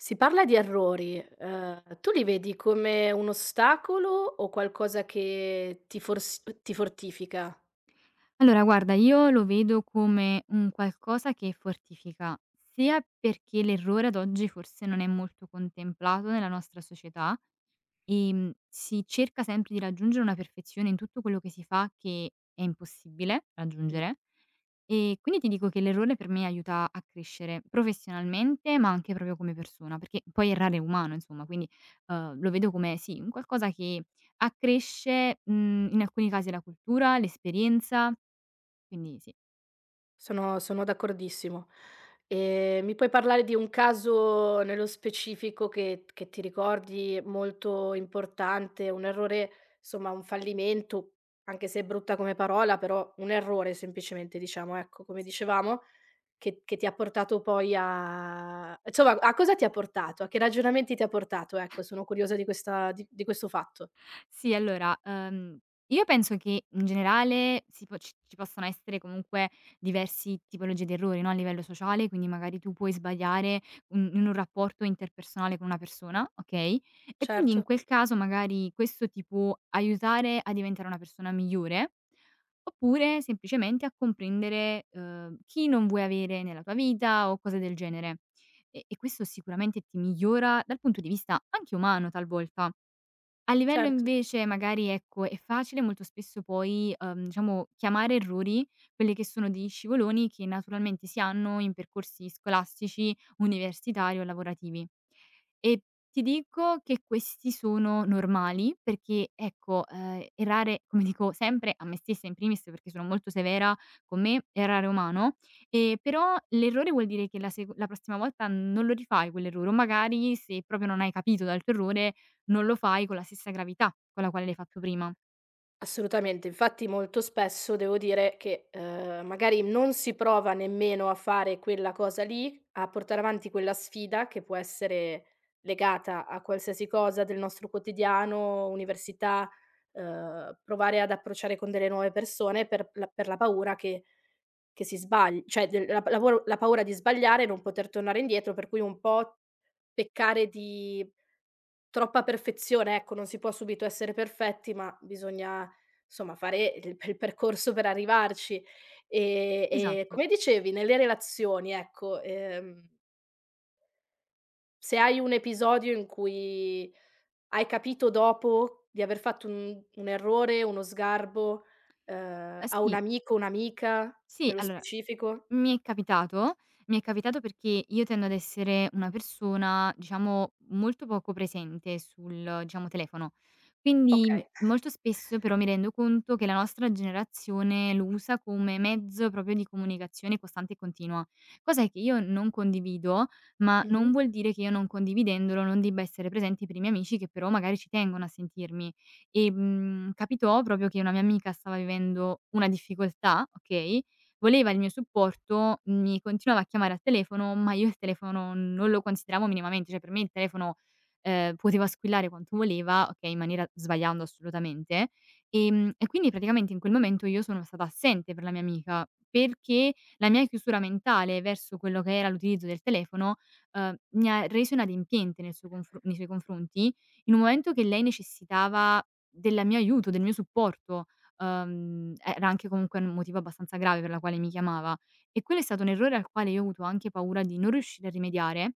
Si parla di errori, tu li vedi come un ostacolo o qualcosa che ti fortifica? Allora guarda, io lo vedo come un qualcosa che fortifica, sia perché l'errore ad oggi forse non è molto contemplato nella nostra società, si cerca sempre di raggiungere una perfezione in tutto quello che si fa che è impossibile Mh, raggiungere, e quindi ti dico che l'errore per me aiuta a crescere professionalmente, ma anche proprio come persona, perché poi errare è umano insomma, quindi, lo vedo come sì, un qualcosa che accresce, in alcuni casi la cultura, l'esperienza, quindi sì. sono d'accordissimo. Mi puoi parlare di un caso nello specifico che ti ricordi molto importante, un errore, somma un fallimento, anche se è brutta come parola, però un errore semplicemente diciamo, ecco, come dicevamo? Che ti ha portato poi a insomma a cosa ti ha portato? A che ragionamenti ti ha portato? Ecco, sono curiosa di questa di questo fatto. Sì, allora, io penso che in generale si po ci ci possano essere comunque diversi tipologie di errori, no, a livello sociale, quindi magari tu puoi sbagliare un in un rapporto interpersonale con una persona, okay, e quindi Certo, in quel caso magari questo ti può aiutare a diventare una persona migliore, oppure semplicemente a comprendere, chi non vuoi avere nella tua vita o cose del genere. E questo sicuramente ti migliora dal punto di vista anche umano talvolta. A livello certo. invece magari, ecco, è facile molto spesso poi, diciamo chiamare errori quelli che sono degli scivoloni che naturalmente si hanno in percorsi scolastici, universitari o lavorativi. E ti dico che questi sono normali perché, ecco, errare come dico sempre a me stessa in primis perché sono molto severa con me, errare è umano, però l'errore vuol dire che la prossima volta non lo rifai quell'errore o magari se proprio non hai capito dal tuo errore non lo fai con la stessa gravità con la quale l'hai fatto prima. Assolutamente, infatti molto spesso devo dire che, magari non si prova nemmeno a fare quella cosa lì, a portare avanti quella sfida che può essere legata a qualsiasi cosa del nostro quotidiano, università, provare ad approcciare con delle nuove persone per la paura che si sbagli, cioè del la paura, la paura di sbagliare e non poter tornare indietro, per cui un po' peccare di troppa perfezione, ecco, non si può subito essere perfetti, ma bisogna somma fare il percorso per arrivarci. E Esatto. come dicevi nelle relazioni, ecco, se hai un episodio in cui hai capito dopo di aver fatto un errore, uno sgarbo, Eh a un sì, amico, un'amica sì, nello allora, specifico? Mi è capitato, mi è capitato perché io tendo ad essere una persona, diciamo, molto poco presente sul, diciamo, telefono. Quindi, Okay. molto spesso però mi rendo conto che la nostra generazione lo usa come mezzo proprio di comunicazione costante e continua, cosa che io non condivido, ma Mh-mh. non vuol dire che io non condividendolo non debba essere presente per i miei amici che però magari ci tengono a sentirmi. E, capitò proprio che una mia amica stava vivendo una difficoltà, okay, voleva il mio supporto, mi continuava a chiamare al telefono, ma io il telefono non lo consideravo minimamente, cioè per me il telefono, poteva squillare quanto voleva, okay, in maniera sbagliando assolutamente, e quindi praticamente in quel momento io sono stata assente per la mia amica, perché la mia chiusura mentale verso quello che era l'utilizzo del telefono, mi ha reso inadempiente nel suo confru nei suoi confronti, in un momento che lei necessitava della mio aiuto, del mio supporto. Era anche comunque un motivo abbastanza grave per la quale mi chiamava e quello è stato un errore al quale io ho avuto anche paura di non riuscire a rimediare,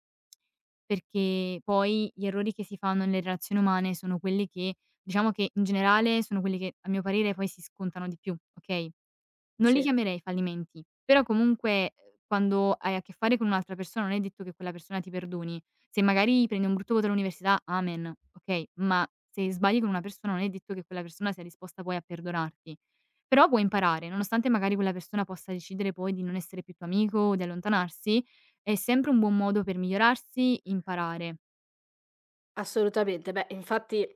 perché poi gli errori che si fanno nelle relazioni umane sono quelli che diciamo che in generale sono quelli che a mio parere poi si scontano di più, okay? Non li Sì, chiamerei fallimenti, però comunque, quando hai a che fare con un'altra persona non è detto che quella persona ti perdoni. Se magari prendi un brutto voto all'università, amen, okay, ma se sbagli con una persona non è detto che quella persona sia disposta poi a perdonarti. Però puoi imparare, nonostante magari quella persona possa decidere poi di non essere più tuo amico o di allontanarsi, è sempre un buon modo per migliorarsi, imparare. assolutamente. Beh, infatti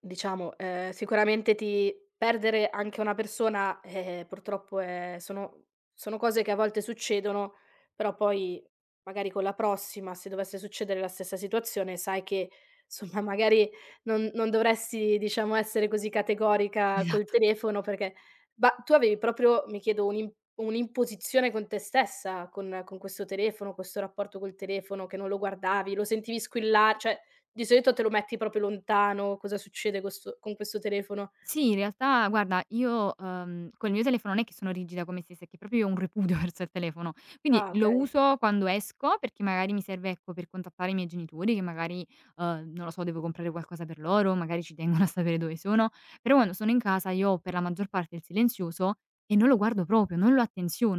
diciamo, sicuramente ti perdere anche una persona, purtroppo è sono sono cose che a volte succedono, però poi magari con la prossima, se dovesse succedere la stessa situazione, sai che somma magari non dovresti, diciamo, essere così categorica col Esatto. telefono, perché ma tu avevi proprio, mi chiedo, un'imposizione con te stessa, con questo telefono, questo rapporto col telefono, che non lo guardavi, lo sentivi squilla, cioè di solito te lo metti proprio lontano, cosa succede co' sto con questo telefono? Sì, in realtà guarda io, col mio telefono non è che sono rigida come stessa, è che proprio io ho un repudio verso il telefono. Quindi Ah, lo okay. uso quando esco, perché magari mi serve, ecco, per contattare i miei genitori che magari, non lo so, devo comprare qualcosa per loro, magari ci tengono a sapere dove sono. Però quando sono in casa io ho per la maggior parte il silenzioso e non lo guardo proprio, non lo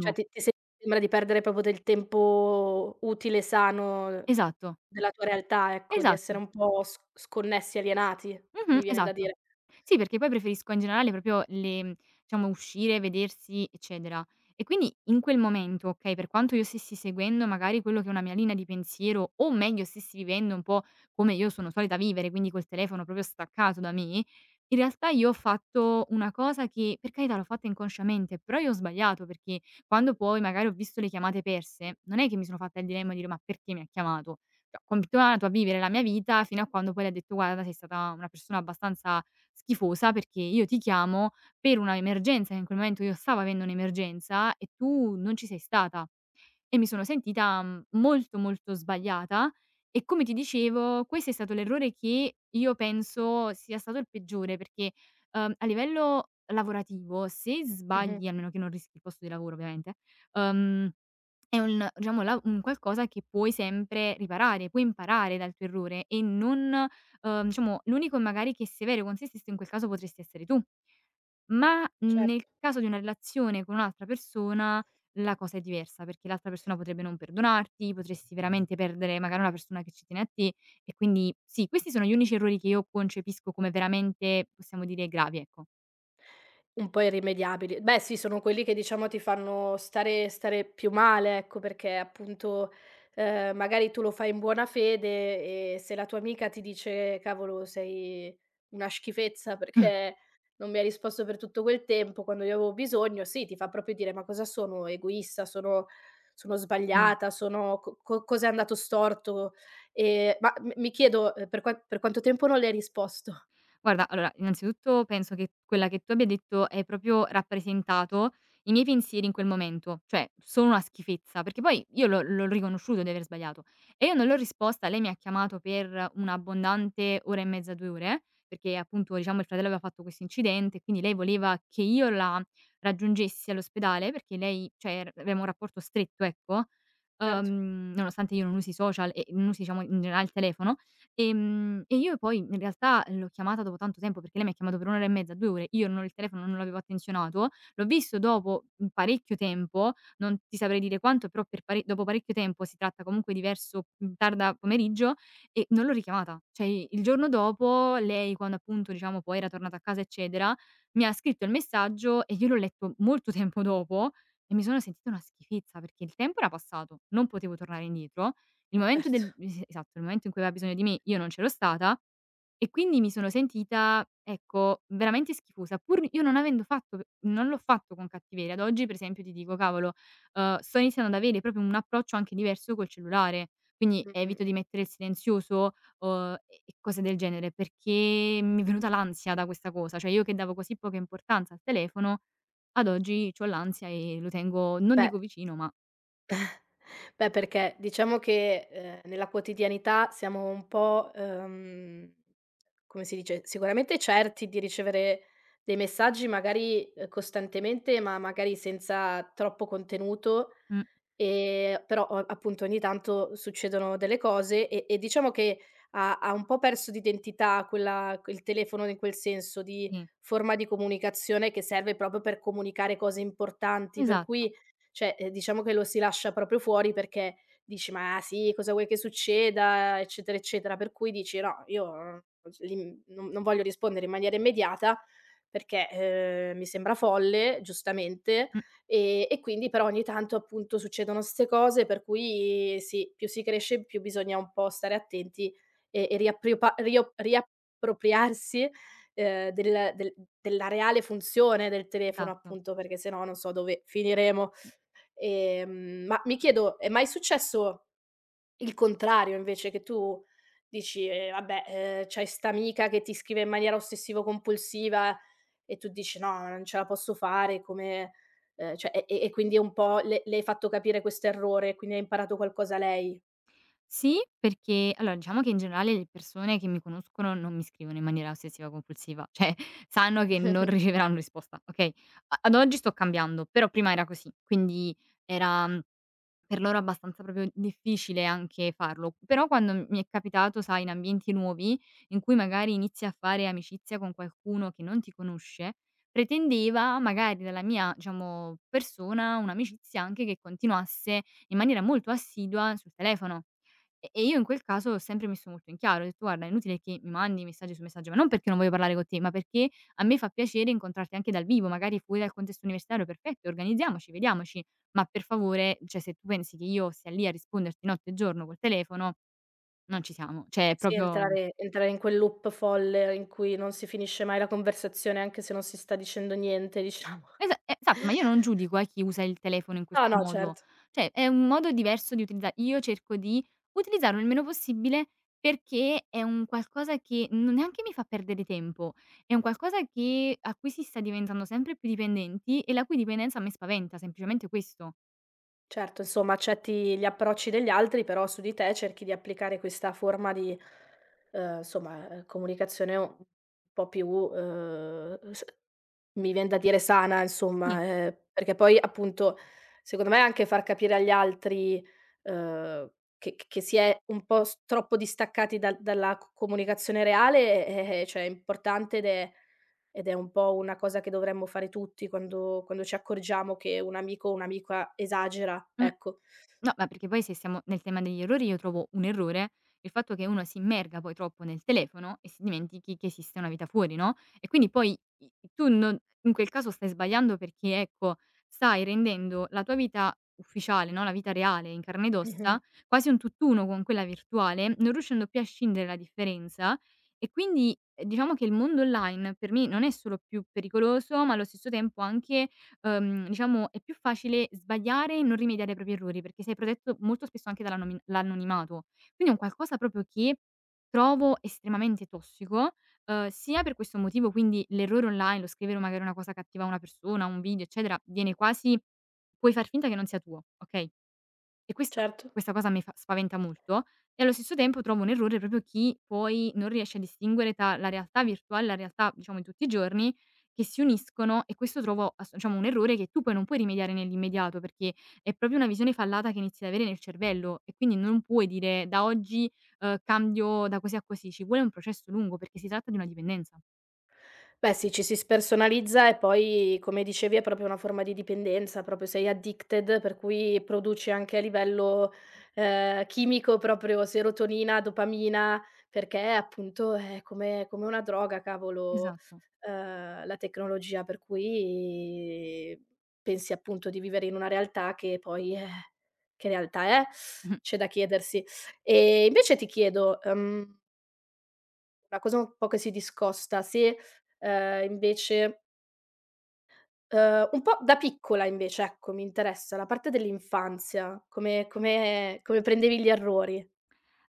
Cioè ti sembra di perdere proprio del tempo utile, sano, Esatto, della tua realtà, ecco, di essere esatto. un po' sc sconnessi, alienati, Mh-mh, mi viene da esatto. dire. Sì, perché poi preferisco in generale proprio le diciamo uscire, vedersi, eccetera. E quindi in quel momento, okay, per quanto io stessi seguendo magari quello che è una mia linea di pensiero, o meglio stessi vivendo un po' come io sono solita vivere, quindi col telefono proprio staccato da me, in realtà io ho fatto una cosa che, per carità l'ho fatta inconsciamente, però io ho sbagliato perché quando poi magari ho visto le chiamate perse, non è che mi sono fatta il dilemma di dire: "Ma perché mi ha chiamato?" Cioè ho continuato a vivere la mia vita fino a quando poi lei ha detto: "Guarda sei stata una persona abbastanza schifosa perché io ti chiamo per una emergenza", che in quel momento io stavo avendo un'emergenza e tu non ci sei stata. E mi sono sentita, molto, molto sbagliata e come ti dicevo questo è stato l'errore che io penso sia stato il peggiore perché, a livello lavorativo se Mh-mh, sbagli, a meno che non rischi il posto di lavoro ovviamente, uhm, è un diciamo la un qualcosa che puoi sempre riparare, puoi imparare dal tuo errore e non diciamo l'unico magari che è severo con se stesso in quel caso potresti essere tu. Ma cer nel caso di una relazione con un'altra persona la cosa è diversa, perché l'altra persona potrebbe non perdonarti, potresti veramente perdere magari una persona che ci tiene a te e quindi sì, questi sono gli unici errori che io concepisco come veramente, possiamo dire, gravi, ecco. un po' irrimediabili. Beh sì, sono quelli che diciamo ti fanno stare più male, ecco, perché appunto, magari tu lo fai in buona fede e se la tua amica ti dice: "Cavolo, sei una schifezza perché non mi hai risposto per tutto quel tempo quando io avevo bisogno", sì, ti fa proprio dire: "Ma cosa sono? Egoista? Sono sono Mh. sbagliata? Sono co co cos'è andato storto?" Ma m mi chiedo, per qua per quanto tempo non le hai risposto? Guarda, allora, innanzitutto penso che quella che tu abbia detto hai proprio rappresentato i miei pensieri in quel momento, cioè sono una schifezza, perché poi io l'ho riconosciuto di aver sbagliato e io non l'ho risposta, lei mi ha chiamato per un'abbondante ora e mezza, 2 ore, perché appunto, diciamo, il fratello aveva fatto questo incidente, quindi lei voleva che io la raggiungessi all'ospedale perché lei cioè er avevamo un rapporto stretto, ecco, Certo. Nonostante io non usi i social e non usi, diciamo, in generale il telefono. E io poi in realtà l'ho chiamata dopo tanto tempo, perché lei mi ha chiamato per 1 ora e mezza, 2 ore, io non ho il telefono, non l'avevo attenzionato, l'ho visto dopo, parecchio tempo, non ti saprei dire quanto, però per pare dopo parecchio tempo, si tratta comunque di verso, tarda pomeriggio e non l'ho richiamata. Cioè il giorno dopo lei, quando appunto diciamo poi era tornata a casa eccetera, mi ha scritto il messaggio e io l'ho letto molto tempo dopo e mi sono sentita una schifezza, perché il tempo era passato, non potevo tornare indietro il momento del Certo. es esatto, il momento in cui aveva bisogno di me io non c'ero stata e quindi mi sono sentita, ecco, veramente schifosa, pur io non avendo fatto p non l'ho fatto con cattiveria. Ad oggi per esempio ti dico: "Cavolo, sto iniziando ad avere proprio un approccio anche diverso col cellulare, quindi Mh, mh, evito mh. di mettere il silenzioso, e cose del genere, perché mi è venuta l'ansia da questa cosa." Cioè io che davo così poca importanza al telefono, ad oggi c'ho l'ansia e lo tengo non Beh, dico vicino, ma beh, perché diciamo che, nella quotidianità siamo un po', come si dice, sicuramente certi di ricevere dei messaggi magari, costantemente, ma magari senza troppo contenuto. mh, Però o appunto ogni tanto succedono delle cose e diciamo che ha un po' perso d'identità quel telefono in quel senso di sì, forma di comunicazione che serve proprio per comunicare cose importanti, per esatto. cui cioè, diciamo che lo si lascia proprio fuori perché dici: "Ma sì, cosa vuoi che succeda?" Eccetera, eccetera. Per cui dici: "No, io li non voglio rispondere in maniera immediata perché, mi sembra folle", giustamente. E quindi però ogni tanto appunto succedono 'ste cose, per cui sì, più si cresce più bisogna un po' stare attenti e riappriopa riop riappropriarsi, del della reale funzione del telefono, Esatto. appunto, perché se no non so dove finiremo. Ma mi chiedo, è mai successo il contrario invece, che tu dici: Vabbè, c'hai 'sta amica che ti scrive in maniera ossessivo compulsiva." E tu dici: "No, ma non ce la posso fare come" cioè, e quindi è un po' le hai fatto capire questo errore, quindi ha imparato qualcosa lei. Sì, perché allora diciamo che in generale le persone che mi conoscono non mi scrivono in maniera ossessiva compulsiva, cioè sanno che non riceveranno risposta, okay? A ad oggi sto cambiando, però prima era così, quindi era. Per loro è abbastanza proprio difficile anche farlo. Però quando mi è capitato, sai, in ambienti nuovi, in cui magari inizi a fare amicizia con qualcuno che non ti conosce, pretendeva magari dalla mia, diciamo, persona un'amicizia anche che continuasse in maniera molto assidua sul telefono. E io in quel caso ho sempre messo molto in chiaro, ho detto: "Guarda, è inutile che mi mandi messaggi su messaggio, ma non perché non voglio parlare con te, ma perché a me fa piacere incontrarti anche dal vivo, magari fuori dal contesto universitario, perfetto, organizziamoci, vediamoci". Ma per favore, cioè se tu pensi che io stia lì a risponderti notte e giorno col telefono, non ci siamo. Cioè è Sì, proprio entrare in quel loop folle in cui non si finisce mai la conversazione, anche se non si sta dicendo niente, diciamo. Esatto, ma io non giudico chi usa il telefono in No, questo no, modo. certo. Cioè è un modo diverso di utilizza io cerco di utilizzarlo il meno possibile perché è un qualcosa che non neanche mi fa perdere tempo, è un qualcosa che a cui si sta diventando sempre più dipendenti e la cui dipendenza a me spaventa, semplicemente questo. Certo, insomma accetti gli approcci degli altri, però su di te cerchi di applicare questa forma di, insomma, comunicazione un po' più, s mi vien da dire sana, Sì. insomma, perché poi appunto, secondo me anche far capire agli altri, uhm, che si è un po' s troppo distaccati dalla c comunicazione reale, cioè è importante ed è un po' una cosa che dovremmo fare tutti quando quando ci accorgiamo che un amico o un'amica esagera, Mh. ecco. No, ma perché poi se siamo nel tema degli errori io trovo un errore il fatto che uno si immerga poi troppo nel telefono e si dimentichi che esiste una vita fuori, no, e quindi poi i tu non in quel caso stai sbagliando perché, ecco, stai rendendo la tua vita ufficiale, no, la vita reale in carne ed Mh-mh, ossa, quasi un tutt'uno con quella virtuale, non riuscendo più a scindere la differenza e quindi, diciamo che il mondo online per me non è solo più pericoloso, ma allo stesso tempo anche diciamo è più facile sbagliare e non rimediare ai propri errori, perché sei protetto molto spesso anche dall'anonimato. Quindi è un qualcosa proprio che trovo estremamente tossico, sia per questo motivo, quindi l'errore online, lo scrivere magari una cosa cattiva a una persona, un video eccetera, viene quasi puoi far finta che non sia tuo, okay? E questo certo. questa cosa mi fa spaventa molto e allo stesso tempo trovo un errore proprio chi poi non riesce a distinguere tra la realtà virtuale e la realtà, diciamo, di tutti i giorni, che si uniscono e questo trovo ass diciamo un errore che tu poi non puoi rimediare nell'immediato, perché è proprio una visione fallata che inizi ad avere nel cervello e quindi non puoi dire: "Da oggi, cambio da così a così." Ci vuole un processo lungo perché si tratta di una dipendenza. Beh sì, ci si spersonalizza e poi come dicevi è proprio una forma di dipendenza, proprio sei addicted, per cui produci anche a livello, chimico, proprio serotonina, dopamina, perché appunto è come come una droga, cavolo, Esatto. La tecnologia, per cui pensi appunto di vivere in una realtà che poi, che realtà è? Mh-mh. C'è da chiedersi. E invece ti chiedo, una cosa un po' che si discosta. Se, invece un po' da piccola invece, ecco, mi interessa la parte dell'infanzia, come come come prendevi gli errori.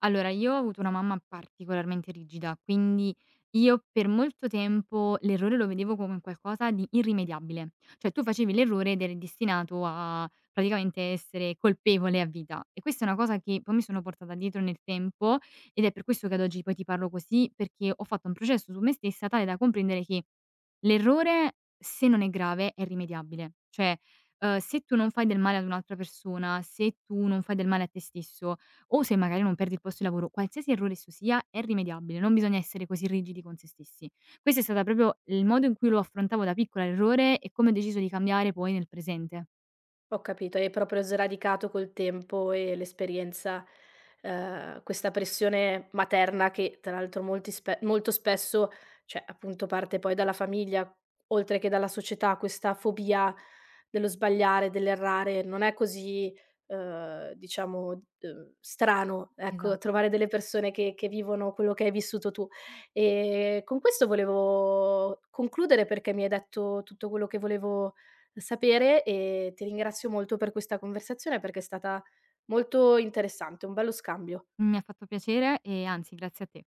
Allora, io ho avuto una mamma particolarmente rigida, quindi io per molto tempo l'errore lo vedevo come un qualcosa di irrimediabile. Cioè tu facevi l'errore ed eri destinato a praticamente essere colpevole a vita. E questa è una cosa che poi mi sono portata dietro nel tempo ed è per questo che ad oggi poi ti parlo così, perché ho fatto un processo su me stessa tale da comprendere che l'errore, se non è grave, è rimediabile. Cioè, se tu non fai del male ad un'altra persona, se tu non fai del male a te stesso o se magari non perdi il posto di lavoro, qualsiasi errore esso sia è rimediabile, non bisogna essere così rigidi con se stessi. Questo è stata proprio il modo in cui lo affrontavo da piccola l'errore e come ho deciso di cambiare poi nel presente. Ho capito, hai proprio sradicato col tempo e l'esperienza, questa pressione materna che tra l'altro molti spe molto spesso, cioè appunto parte poi dalla famiglia, oltre che dalla società, questa fobia dello sbagliare, dell'errare. Non è così, diciamo, strano, ecco, Esatto. trovare delle persone che vivono quello che hai vissuto tu. Con questo volevo concludere perché mi hai detto tutto quello che volevo sapere e ti ringrazio molto per questa conversazione perché è stata molto interessante, un bello scambio. Mi ha fatto piacere e anzi grazie a te.